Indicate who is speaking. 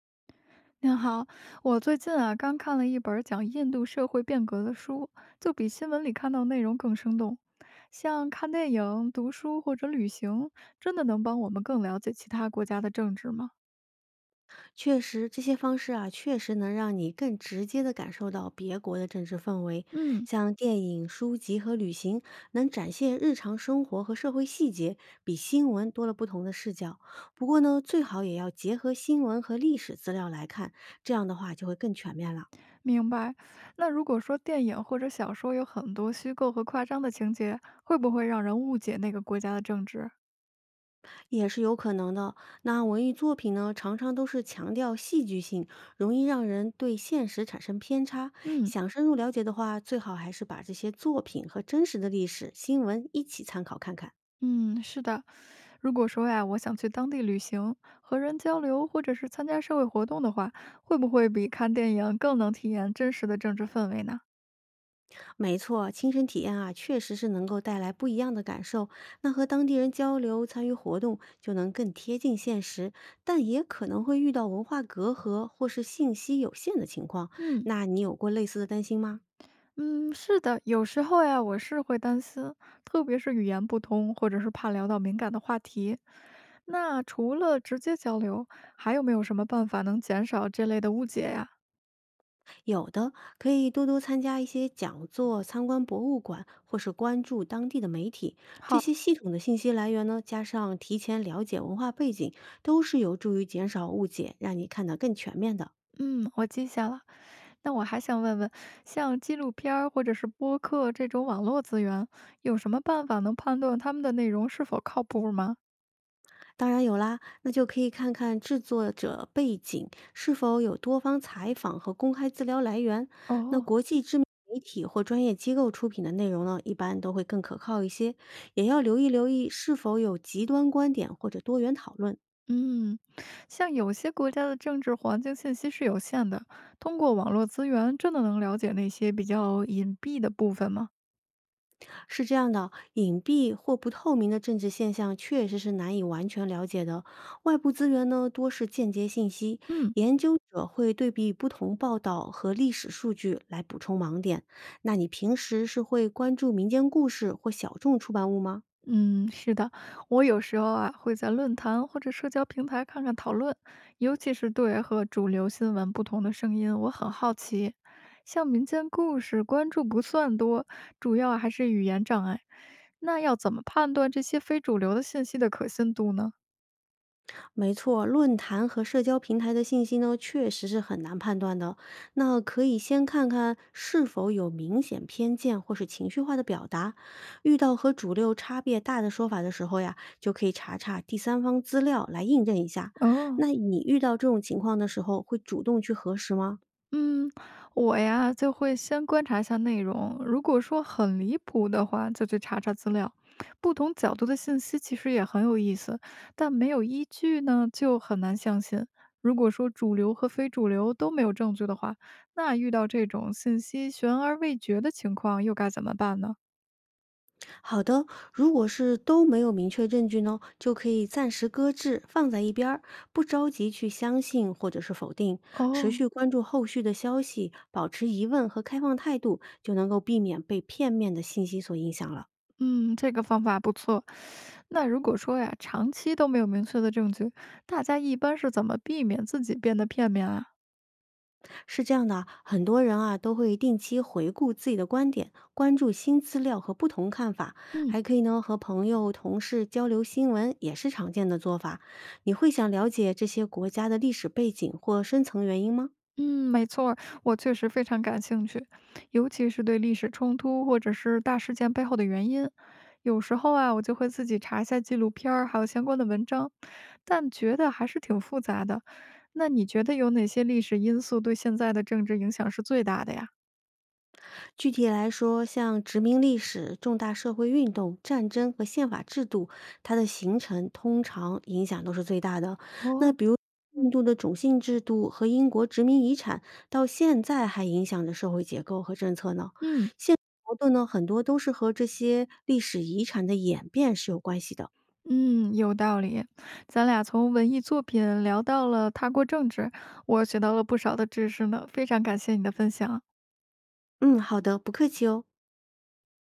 Speaker 1: 您好，我最近啊刚看了一本讲印度社会变革的书，就比新闻里看到内容更生动。像看电影、读书或者旅行，真的能帮我们更了解其他国家的政治吗？
Speaker 2: 确实，这些方式啊，确实能让你更直接地感受到别国的政治氛围。
Speaker 1: 嗯，
Speaker 2: 像电影、书籍和旅行，能展现日常生活和社会细节，比新闻多了不同的视角。不过呢，最好也要结合新闻和历史资料来看，这样的话就会更全面了。
Speaker 1: 明白。那如果说电影或者小说有很多虚构和夸张的情节，会不会让人误解那个国家的政治？
Speaker 2: 也是有可能的。那文艺作品呢，常常都是强调戏剧性，容易让人对现实产生偏差。
Speaker 1: 嗯。
Speaker 2: 想深入了解的话，最好还是把这些作品和真实的历史新闻一起参考看看。
Speaker 1: 嗯，是的。如果说呀，我想去当地旅行，和人交流，或者是参加社会活动的话，会不会比看电影更能体验真实的政治氛围呢？
Speaker 2: 没错，亲身体验啊，确实是能够带来不一样的感受。那和当地人交流、参与活动，就能更贴近现实，但也可能会遇到文化隔阂或是信息有限的情况。
Speaker 1: 嗯，
Speaker 2: 那你有过类似的担心吗？
Speaker 1: 嗯，是的，有时候呀，我是会担心，特别是语言不通，或者是怕聊到敏感的话题。那除了直接交流，还有没有什么办法能减少这类的误解呀？
Speaker 2: 有的，可以多多参加一些讲座、参观博物馆，或是关注当地的媒体。这
Speaker 1: 好。
Speaker 2: 些系统的信息来源呢，加上提前了解文化背景，都是有助于减少误解，让你看得更全面的。
Speaker 1: 嗯，我记下了。那我还想问问，像纪录片儿或者是播客这种网络资源，有什么办法能判断他们的内容是否靠谱吗？
Speaker 2: 当然有啦，那就可以看看制作者背景是否有多方采访和公开资料来源。那
Speaker 1: 哦，
Speaker 2: 国际知名媒体或专业机构出品的内容呢，一般都会更可靠一些。也要留意是否有极端观点或者多元讨论。
Speaker 1: 嗯，像有些国家的政治环境信息是有限的，通过网络资源真的能了解那些比较隐蔽的部分吗？
Speaker 2: 是这样的，隐蔽或不透明的政治现象确实是难以完全了解的。外部资源呢，多是间接信息，
Speaker 1: 嗯。
Speaker 2: 研究者会对比不同报道和历史数据来补充盲点。那你平时是会关注民间故事或小众出版物吗？
Speaker 1: 嗯，是的，我有时候啊会在论坛或者社交平台看看讨论，尤其是对和主流新闻不同的声音，我很好奇。像民间故事关注不算多，主要还是语言障碍。那要怎么判断这些非主流的信息的可信度呢？
Speaker 2: 没错，论坛和社交平台的信息呢，确实是很难判断的哦。那可以先看看是否有明显偏见或是情绪化的表达。遇到和主流差别大的说法的时候呀，就可以查查第三方资料来印证一下。
Speaker 1: 哦，
Speaker 2: 那你遇到这种情况的时候，会主动去核实吗？
Speaker 1: 嗯，我呀就会先观察一下内容，如果说很离谱的话，就去查查资料。不同角度的信息其实也很有意思，但没有依据呢，就很难相信。如果说主流和非主流都没有证据的话，那遇到这种信息悬而未决的情况，又该怎么办呢？
Speaker 2: 好的，如果是都没有明确证据呢，就可以暂时搁置，放在一边儿，不着急去相信或者是否定，持
Speaker 1: 哦，
Speaker 2: 续关注后续的消息，保持疑问和开放态度，就能够避免被片面的信息所影响了。
Speaker 1: 嗯，这个方法不错。那如果说呀，长期都没有明确的证据，大家一般是怎么避免自己变得片面啊？
Speaker 2: 是这样的啊，很多人啊都会定期回顾自己的观点，关注新资料和不同看法，
Speaker 1: 嗯。
Speaker 2: 还可以呢和朋友、同事交流新闻，也是常见的做法。你会想了解这些国家的历史背景或深层原因吗？
Speaker 1: 嗯，没错儿我确实非常感兴趣，尤其是对历史冲突或者是大事件背后的原因。有时候啊，我就会自己查一下纪录片儿还有相关的文章，但觉得还是挺复杂的。那你觉得有哪些历史因素对现在的政治影响是最大的呀？
Speaker 2: 具体来说，像殖民历史、重大社会运动、战争和宪法制度，它的形成通常影响都是最大的。那
Speaker 1: 哦，
Speaker 2: 比如印度的种姓制度和英国殖民遗产，到现在还影响着社会结构和政策呢。
Speaker 1: 嗯
Speaker 2: 现矛盾呢，很多都是和这些历史遗产的演变是有关系的。
Speaker 1: 嗯，有道理。咱俩从文艺作品聊到了他国政治，我学到了不少的知识呢，非常感谢你的分享啊。
Speaker 2: 嗯，好的，不客气哦。